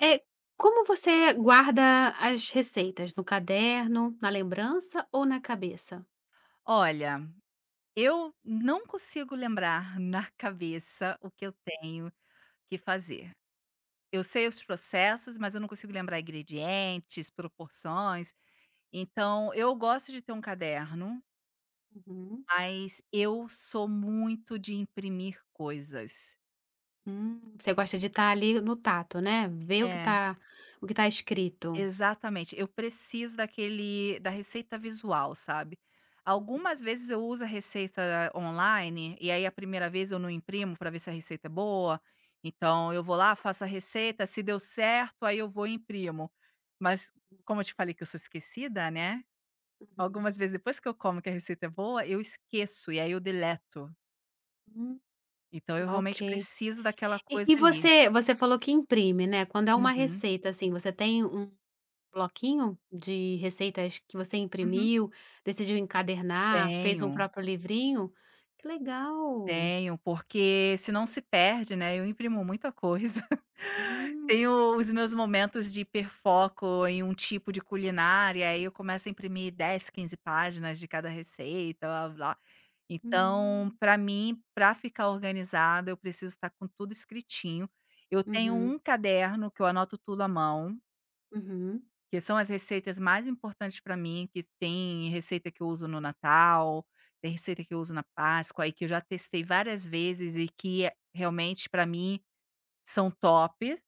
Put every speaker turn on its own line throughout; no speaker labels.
É, como você guarda as receitas? No caderno, na lembrança ou na cabeça?
Olha, eu não consigo lembrar na cabeça o que eu tenho que fazer. Eu sei os processos, mas eu não consigo lembrar ingredientes, proporções. Então, eu gosto de ter um caderno,
Uhum.
mas eu sou muito de imprimir coisas.
Hum. Você gosta de estar ali no tato, né, ver
É.
o que tá escrito.
Exatamente, eu preciso daquele da receita visual, sabe. Algumas vezes eu uso a receita online, e aí a primeira vez eu não imprimo para ver se a receita é boa, então eu vou lá, faço a receita, se deu certo, aí eu vou e imprimo. Mas como eu te falei que eu sou esquecida, né,
Uhum.
algumas vezes depois que eu como que a receita é boa, eu esqueço e aí eu deleto.
Hum.
Então eu realmente
Ok.
preciso daquela
E
coisa
e
ali.
você falou que imprime, né, quando é uma
Uhum,
receita, assim, você tem um bloquinho de receitas que você
uhum,
imprimiu, decidiu encadernar, fez um
tenho.
próprio livrinho? Que legal.
Tenho, porque senão se perde, né, eu imprimo muita coisa.
Hum.
Tenho os meus momentos de hiperfoco em um tipo de culinária, aí eu começo a imprimir 10, 15 páginas de cada receita, blá blá. Então,
Hum.
para mim, para ficar organizada, eu preciso estar com tudo escritinho. Eu tenho
Uhum,
um caderno que eu anoto tudo à mão.
uhum.
Que são as receitas mais importantes para mim, que tem receita que eu uso no Natal, tem receita que eu uso na Páscoa e que eu já testei várias vezes e que é realmente para mim são top.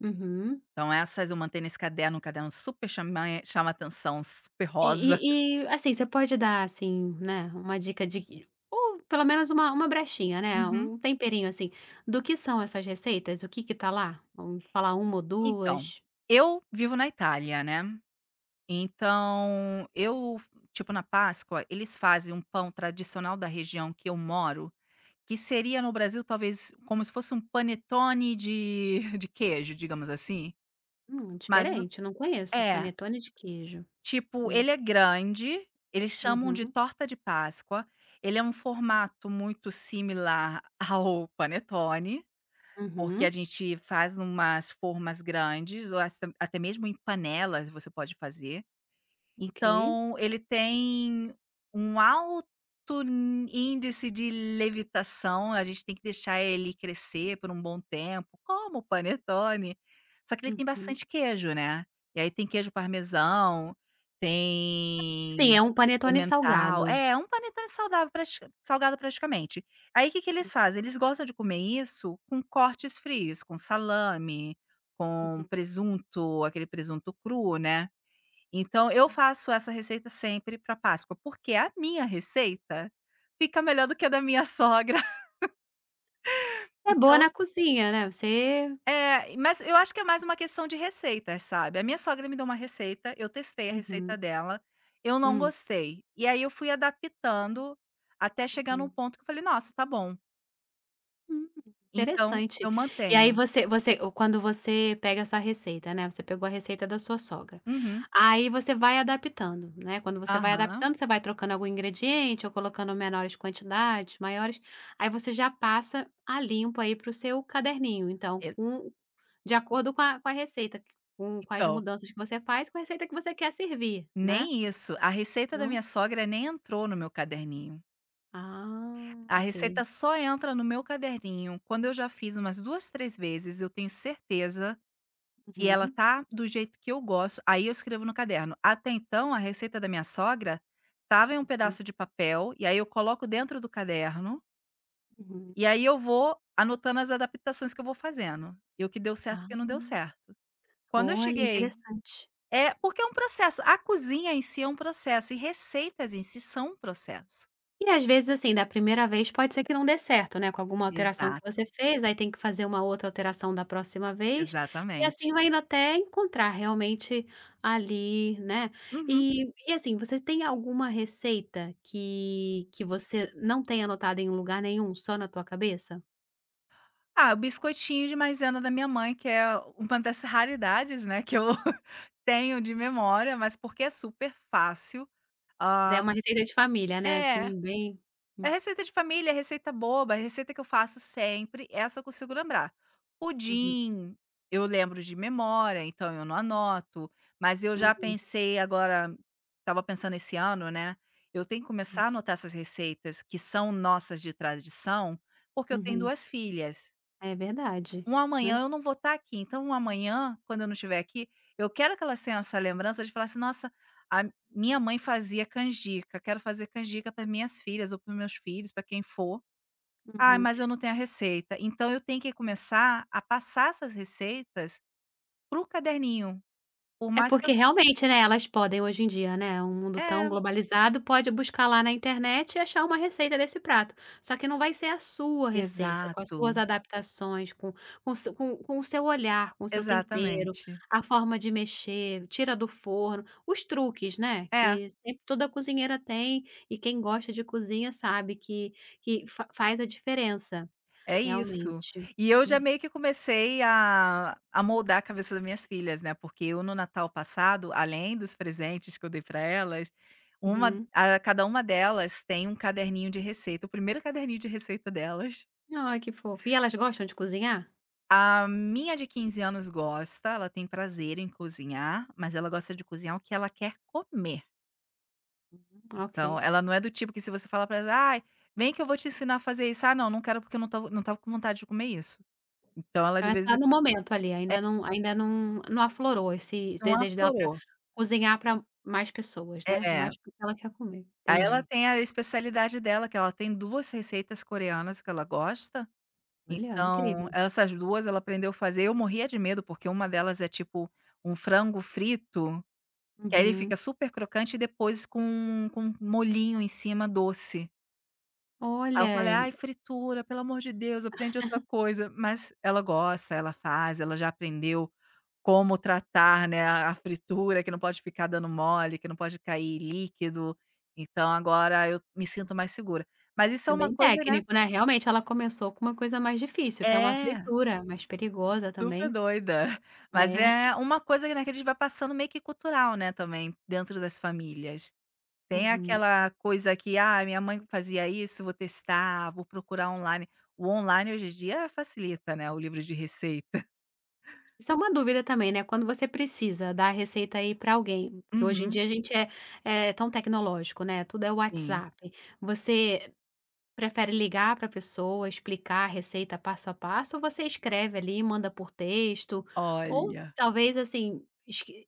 Uhum.
Então essas eu mantenho nesse caderno, um caderno super chama atenção, super
E
rosa.
e, assim, você pode dar, assim, né, uma dica de ou pelo menos uma brechinha, né,
Uhum.
um temperinho, assim, do que são essas receitas? O que que tá lá? Vamos falar uma ou
Então,
duas.
eu vivo na Itália, né, então eu, tipo, na Páscoa, eles fazem um pão tradicional da região que eu moro. Que seria no Brasil talvez como se fosse um panetone de de queijo, digamos assim, mas no
Diferente, não conheço.
é,
Panetone de queijo.
tipo,
Hum.
ele é grande, eles chamam de
Uhum.
torta de Páscoa, ele é um formato muito similar ao panetone, porque a
Uhum.
gente faz umas formas grandes ou as até mesmo em panelas você pode fazer.
Ok.
Então ele tem um alto n índice de levitação, a gente tem que deixar ele crescer por um bom tempo, como o panetone, só que ele tem
Uhum.
bastante queijo, né. E aí tem queijo parmesão,
Sim,
tem
é um panetone
emmental
salgado.
é, um panetone saudável pratica salgado praticamente. Aí o que que eles fazem, eles gostam de comer isso com cortes frios, com salame, com
Uhum.
presunto, aquele presunto cru, né. Então eu faço essa receita sempre para Páscoa, porque a minha receita fica melhor do que a da minha sogra,
É boa
então
na cozinha, né, você
é, mas eu acho que é mais uma questão de receitas, sabe. A minha sogra me deu uma receita, eu testei a receita
uhum.
dela, eu não
Hum.
gostei. E aí eu fui adaptando até chegar num
Uhum.
ponto que eu falei: "Nossa, tá bom".
Hum,
Então
interessante.
eu
E aí
mantenho.
você quando você pega essa receita, né, você pegou a receita da sua sogra,
Uhum.
aí você vai adaptando, né, quando você vai
Aham.
adaptando, você vai trocando algum ingrediente ou colocando menores quantidades, maiores, aí você já passa a limpo aí para o seu caderninho, então
E
com de acordo com a receita, com as
então,
mudanças que você faz, com a receita que você quer servir,
nem
né,
isso. A receita da
não?
minha sogra nem entrou no meu caderninho.
Ah,
A
ok.
receita só entra no meu caderninho quando eu já fiz umas 2 3 vezes, eu tenho certeza que ela
Uhum.
tá do jeito que eu gosto, aí eu escrevo no caderno. Até então, a receita da minha sogra estava em um
Uhum.
pedaço de papel, e aí eu coloco dentro do caderno,
Uhum.
e aí eu vou anotando as adaptações que eu vou fazendo, e o que deu certo e o
Ah,
que não deu certo. Quando eu
olha,
cheguei
interessante.
é, porque é um processo, a cozinha em si é um processo, e receitas em si são um processo.
E às vezes, assim, da primeira vez pode ser que não dê certo, né, com alguma alteração que
Exato,
você fez, aí tem que fazer uma outra alteração da próxima vez, e
exatamente.
assim vai indo até encontrar realmente ali, né.
Uhum.
E assim, você tem alguma receita que você não tem anotada em lugar nenhum, só na tua cabeça?
Ah, o biscoitinho de maisena da minha mãe, que é uma das raridades, né, que eu tenho de memória, mas porque é super fácil.
Mas é
Hã,
uma receita de família, né,
é,
assim, bem
é receita de família, é receita boba, é receita que eu faço sempre, essa eu consigo lembrar.
uhum,
Pudim, eu lembro de memória, então eu não anoto, mas eu já
uhum,
pensei agora estava pensando esse ano, né, eu tenho que
sim,
começar a anotar essas receitas que são nossas de tradição, porque eu tenho
uhum.
2 filhas.
É verdade,
Um
né.
amanhã eu não vou estar aqui, então um amanhã, quando eu não estiver aqui, eu quero que elas tenham essa lembrança de falar assim: "Nossa, a minha mãe fazia canjica, quero fazer canjica para minhas filhas ou para meus filhos, para quem for. Ah,
Uhum.
mas eu não tenho a receita". Então eu tenho que começar a passar essas receitas para o caderninho, por
É
mais que eu
porque realmente, né, elas podem hoje em dia, né, um mundo tão
é,
globalizado, pode buscar lá na internet e achar uma receita desse prato. Só que não vai ser a sua receita, com as
exato,
suas adaptações, com com o seu olhar, com o seu tempero,
exatamente.
a forma de mexer, tira do forno, os truques, né,
É.
que sempre toda cozinheira tem e quem gosta de cozinha sabe que fa faz a diferença,
É isso.
realmente.
E eu já
Hum,
meio que comecei a moldar a cabeça das minhas filhas, né, porque eu no Natal passado, além dos presentes que eu dei para elas, uma
Uhum.
a cada uma delas tem um caderninho de receita, o primeiro caderninho de receita delas.
Ai, que fofo. E elas gostam de cozinhar?
A minha de 15 anos gosta, ela tem prazer em cozinhar, mas ela gosta de cozinhar o que ela quer comer. Então,
Ok.
ela não é do tipo que se você falar para, ela: "Ai, vem que eu vou te ensinar a fazer isso", "Ah, não, não quero porque eu não tava com vontade de comer isso". Então ela
Então
de
é
vez em.
só no momento ali, ainda não aflorou esse
Não
desejo dela pra
aflorou.
cozinhar pra mais pessoas, né,
É.
mais porque ela quer comer,
Aí ela
entendi.
tem a especialidade dela, que ela tem 2 receitas coreanas que ela gosta,
Olha,
então
incrível.
essas 2 ela aprendeu a fazer. Eu morria de medo, porque uma delas é tipo um frango frito, que aí ele
Uhum.
fica super crocante e depois com um molhinho em cima doce. Aí eu falei:
Olha,
"Ai, fritura, pelo amor de Deus, aprende outra coisa". Mas ela gosta, ela faz, ela já aprendeu. Como tratar, né, a fritura, que não pode ficar dando mole, que não pode cair líquido. Então agora eu me sinto mais segura. Mas isso é
é
uma
bem
coisa, né,
técnico, né, realmente ela começou com uma coisa mais difícil, que é uma
é,
fritura, mais perigosa
super
também.
doida. Mas
É.
é uma coisa, né, que a gente vai passando meio que cultural, né, também, dentro das famílias. Tem
Uhum.
aquela coisa que: "Ah, minha mãe fazia isso, vou testar, vou procurar online". O online hoje em dia facilita, né, o livro de receita.
Isso é uma dúvida também, né, quando você precisa dar a receita aí pra alguém, que hoje em
Uhum,
dia a gente é tão tecnológico, né, tudo é
sim.
WhatsApp. Você prefere ligar para a pessoa, explicar a receita passo a passo, ou você escreve ali, manda por texto, ou
Olha.
talvez assim, esque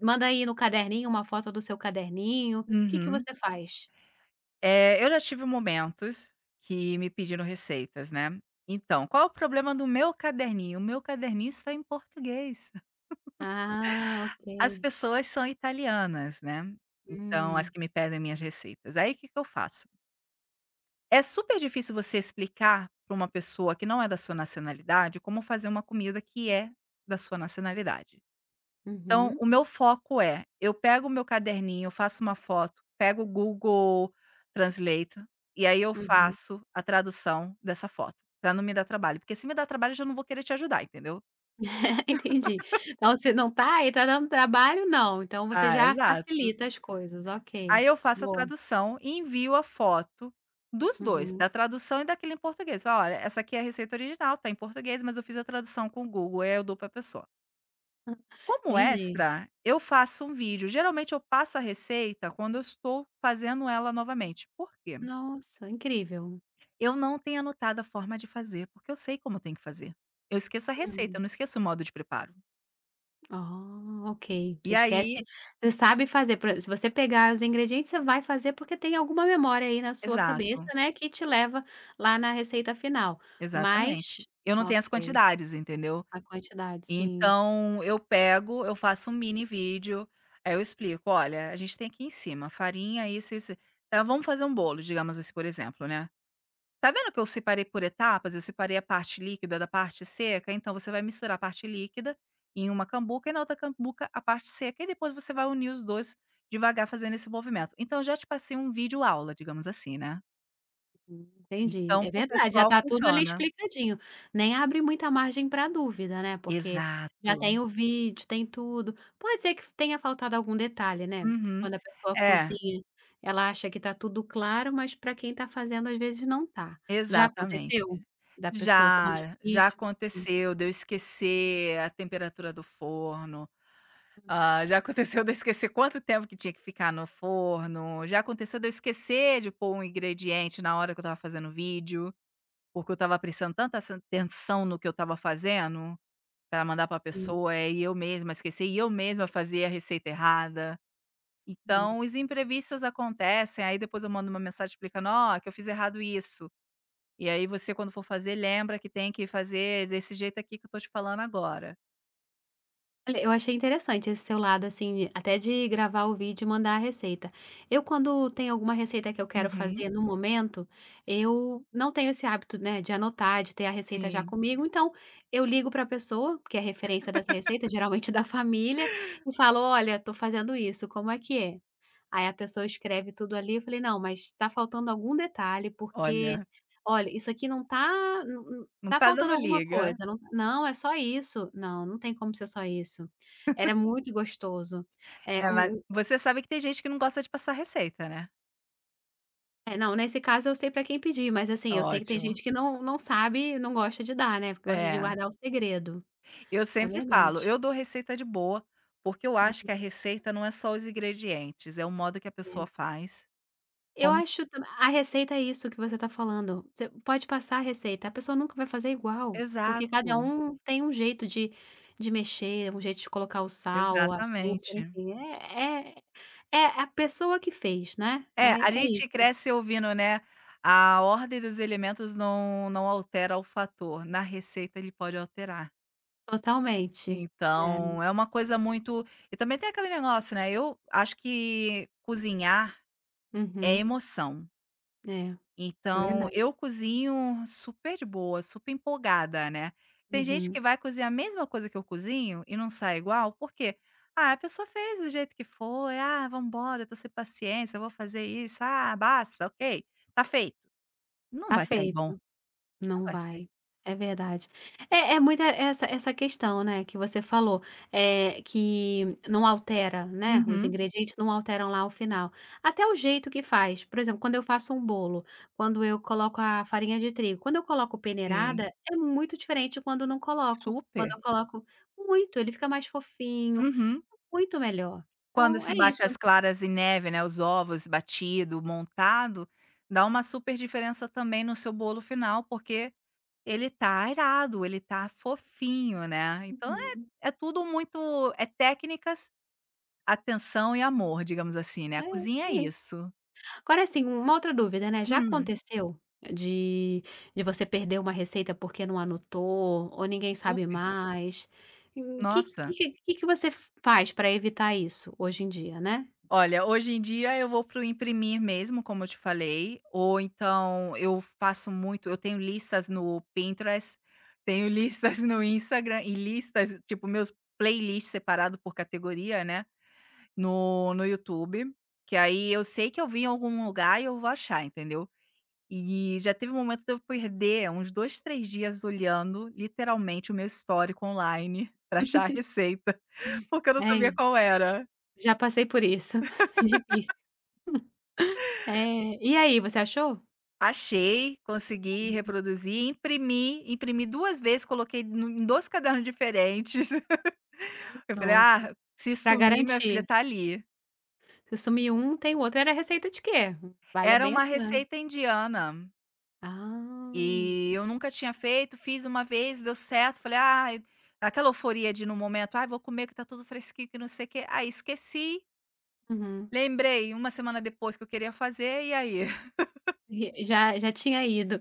manda aí no caderninho uma foto do seu caderninho? O que que
Uhum.
você faz?
Eu já tive momentos que me pediram receitas, né. Então, qual é o problema do meu caderninho? O meu caderninho está em português.
Ah, ok.
As pessoas são italianas, né, então as
Hum,
que me pedem minhas receitas. Aí, o que que eu faço? É super difícil você explicar para uma pessoa que não é da sua nacionalidade como fazer uma comida que é da sua nacionalidade. Então,
uhum,
o meu foco é: eu pego o meu caderninho, eu faço uma foto, pego o Google Translate, e aí eu
uhum.
faço a tradução dessa foto, pra não me dar trabalho, porque se me dar trabalho eu já não vou querer te ajudar, entendeu?
Entendi. Então você não tá aí tá dando trabalho não, então você
Ah,
já
exato.
facilita as coisas, ok.
Aí eu faço a
Boa.
tradução e envio a foto dos 2, da
Uhum,
tradução e daquele em português. Falo: "Olha, essa aqui é a receita original, tá em português, mas eu fiz a tradução com o Google", aí eu dou pra pessoa. Como
entendi.
extra, eu faço um vídeo, geralmente eu passo a receita quando eu estou fazendo ela novamente, por quê?
Nossa, incrível.
Eu não tenho anotado a forma de fazer, porque eu sei como eu tenho que fazer. Eu esqueço a receita, eu
Hum.
não esqueço o modo de preparo.
Ah, ok. Você
E
esquece
aí
você sabe fazer, por exe se você pegar os ingredientes, você vai fazer, porque tem alguma memória aí na sua cabeça,
exato,
né, que te leva lá na receita final.
exatamente.
Mas
Eu não tenho as
ok,
quantidades, entendeu.
a quantidade, sim.
Então eu pego, eu faço um mini vídeo, aí eu explico: "Olha, a gente tem aqui em cima farinha, isso, tá, vamos fazer um bolo", digamos assim, por exemplo, né. Tá vendo que eu separei por etapas? Eu separei a parte líquida da parte seca? Então você vai misturar a parte líquida em uma cambuca e na outra cambuca a parte seca, e depois você vai unir os 2 devagar fazendo esse movimento. Então eu já te passei um vídeo aula, digamos assim, né.
Entendi.
Então
É
para o
verdade, já
pessoal
está tudo ali
funciona.
explicadinho. Nem abre muita margem para dúvida, né, porque
Exato.
já tem o vídeo, tem tudo. Pode ser que tenha faltado algum detalhe, né,
Uhum.
quando a pessoa
É,
cozinha, ela acha que está tudo claro, mas para quem está fazendo, às vezes, não tá. Já
exatamente.
aconteceu da pessoa você mandar
Já,
um
já
vídeo?
aconteceu de eu esquecer a temperatura do forno. Ah, já aconteceu de eu esquecer quanto tempo que tinha que ficar no forno, já aconteceu de eu esquecer de pôr um ingrediente na hora que eu estava fazendo o vídeo, porque eu estava prestando tanta assen atenção no que eu estava fazendo, para mandar pra
Uhum,
pessoa, e eu mesma esqueci, e eu mesma fazia a receita errada.
hum.
Então os imprevistos acontecem, aí depois eu mando uma mensagem explicando: "Ó, que eu fiz errado isso". E aí você quando for fazer lembra que tem que fazer desse jeito aqui que eu tô te falando agora.
Olha, eu achei interessante esse seu lado, assim, até de gravar o vídeo e mandar a receita. Eu, quando tem alguma receita que eu quero
Uhum.
fazer no momento, eu não tenho esse hábito, né, de anotar, de ter a receita já
Sim.
comigo. Então, eu ligo para a pessoa, que é referência dessa receita, geralmente da família, e falo: "Olha, estou fazendo isso, como é que é?" Aí a pessoa escreve tudo ali, eu falei: "Não, mas tá faltando algum detalhe, porque
Olha,
olha, isso aqui não tá não
não
tá
tá
faltando
dando
alguma
liga.
coisa, não não, é só isso. Não, não tem como ser só isso". Era muito gostoso. É,
É, mas
o
você sabe que tem gente que não gosta de passar receita, né.
é, não, nesse caso eu sei pra quem pedir, mas assim, eu sei que tem
Ótimo.
gente que não sabe, não gosta de dar, né, porque gosta de
É.
guardar o segredo.
Eu
É
sempre falo,
verdade.
eu dou receita de boa, porque eu acho que
Hum,
a receita não é só os ingredientes, é o modo que a pessoa
é.
faz,
Eu
como
acho tam A receita é isso que você está falando. Você pode passar a receita, a pessoa nunca vai fazer igual, porque
exato,
cada um tem um jeito de mexer, um jeito de colocar o sal, o açúcar,
exatamente.
enfim, é a pessoa que fez, né.
É, a
É
gente
isso,
cresce ouvindo, né, a ordem dos elementos não altera o fator, na receita ele pode alterar.
totalmente. É.
Então, é uma coisa muito e também tem aquele negócio, né, eu acho que cozinhar é
Uhum.
emoção.
É, é
Então,
verdade.
eu cozinho super boa, super empolgada, né. Tem gente
Uhum.
que vai cozinhar a mesma coisa que eu cozinho e não sai igual, por quê? Ah, a pessoa fez do jeito que foi, "Ah, vamos embora, eu tô sem paciência, eu vou fazer isso, ah, basta, ok, tá feito". Não
Tá
vai sair bom,
feito.
não
Não
vai sair.
vai. É verdade. É muita essa questão, né, que você falou, é que não altera, né, os
Uhum,
ingredientes não alteram lá o final. Até o jeito que faz, por exemplo, quando eu faço um bolo, quando eu coloco a farinha de trigo, quando eu coloco
sim,
peneirada, é muito diferente de quando não coloco. Quando
super.
eu coloco muito, ele fica mais fofinho,
Uhum.
muito melhor.
Quando
Então
se
é
bate
isso.
as claras em neve, né, os ovos batido, montado, dá uma super diferença também no seu bolo final, porque ele tá irado, ele tá fofinho, né. Então é
Uhum.
é tudo muito é técnicas, atenção e amor, digamos assim, né.
É,
A cozinha é
é isso.
isso.
Agora assim, uma outra dúvida, né, já
Hum,
aconteceu de de você perder uma receita porque não anotou, ou ninguém sabe
super.
mais? O que
Nossa,
que que que você faz para evitar isso hoje em dia, né?
olha, hoje em dia eu vou para o imprimir mesmo, como eu te falei, ou então eu faço muito eu tenho listas no Pinterest, tenho listas no Instagram e listas tipo, meus playlists separado por categoria, né. No YouTube, que aí eu sei que eu vi em algum lugar e eu vou achar, entendeu. E já teve um momento de eu perder uns 2 3 dias olhando, literalmente, o meu histórico online pra achar a receita, porque eu não sabia
É,
qual era.
já passei por isso, difícil. É, e aí, você achou?
Achei, consegui reproduzir, imprimi, imprimi 2 vezes, coloquei no em 2 cadernos diferentes. Eu falei:
Nossa,
"Ah, se
para
sumir, minha filha,
garantir,
tá ali".
se sumir um, tem o outro. Era receita de quê? Vale
Era
bem a
uma
pena.
receita indiana.
Ah,
E eu nunca tinha feito, fiz uma vez, deu certo, falei: ah, aquela euforia de no momento: "Ai, vou comer que tá tudo fresquinho, que não sei o quê". Aí esqueci,
uhum.
lembrei uma semana depois que eu queria fazer, e aí?
E já tinha ido.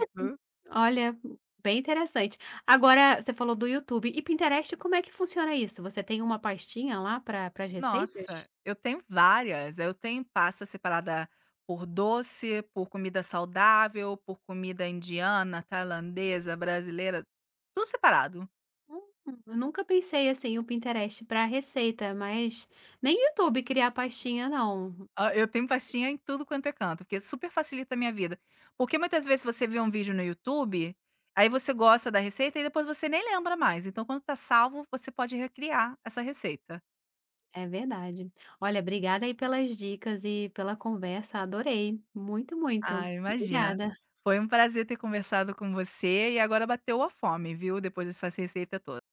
É. Assim, olha, bem interessante. Agora, você falou do YouTube e Pinterest, como é que funciona isso? Você tem uma pastinha lá pra para as
Nossa,
receitas?
eu tenho várias, eu tenho pasta separada por doce, por comida saudável, por comida indiana, tailandesa, brasileira, tudo separado.
Hum, eu nunca pensei, assim, o Pinterest para receita, mas nem o YouTube criar pastinha não,
Ah, eu tenho pastinha em tudo quanto é canto, porque super facilita a minha vida. Porque muitas vezes você vê um vídeo no YouTube, aí você gosta da receita e depois você nem lembra mais. Então, quando tá salvo, você pode recriar essa receita.
é verdade. Olha, obrigada aí pelas dicas e pela conversa, adorei. Muito,
Ah,
muito.
imagina.
Obrigada.
Foi um prazer ter conversado com você e agora bateu a fome, viu? Depois dessa receita toda.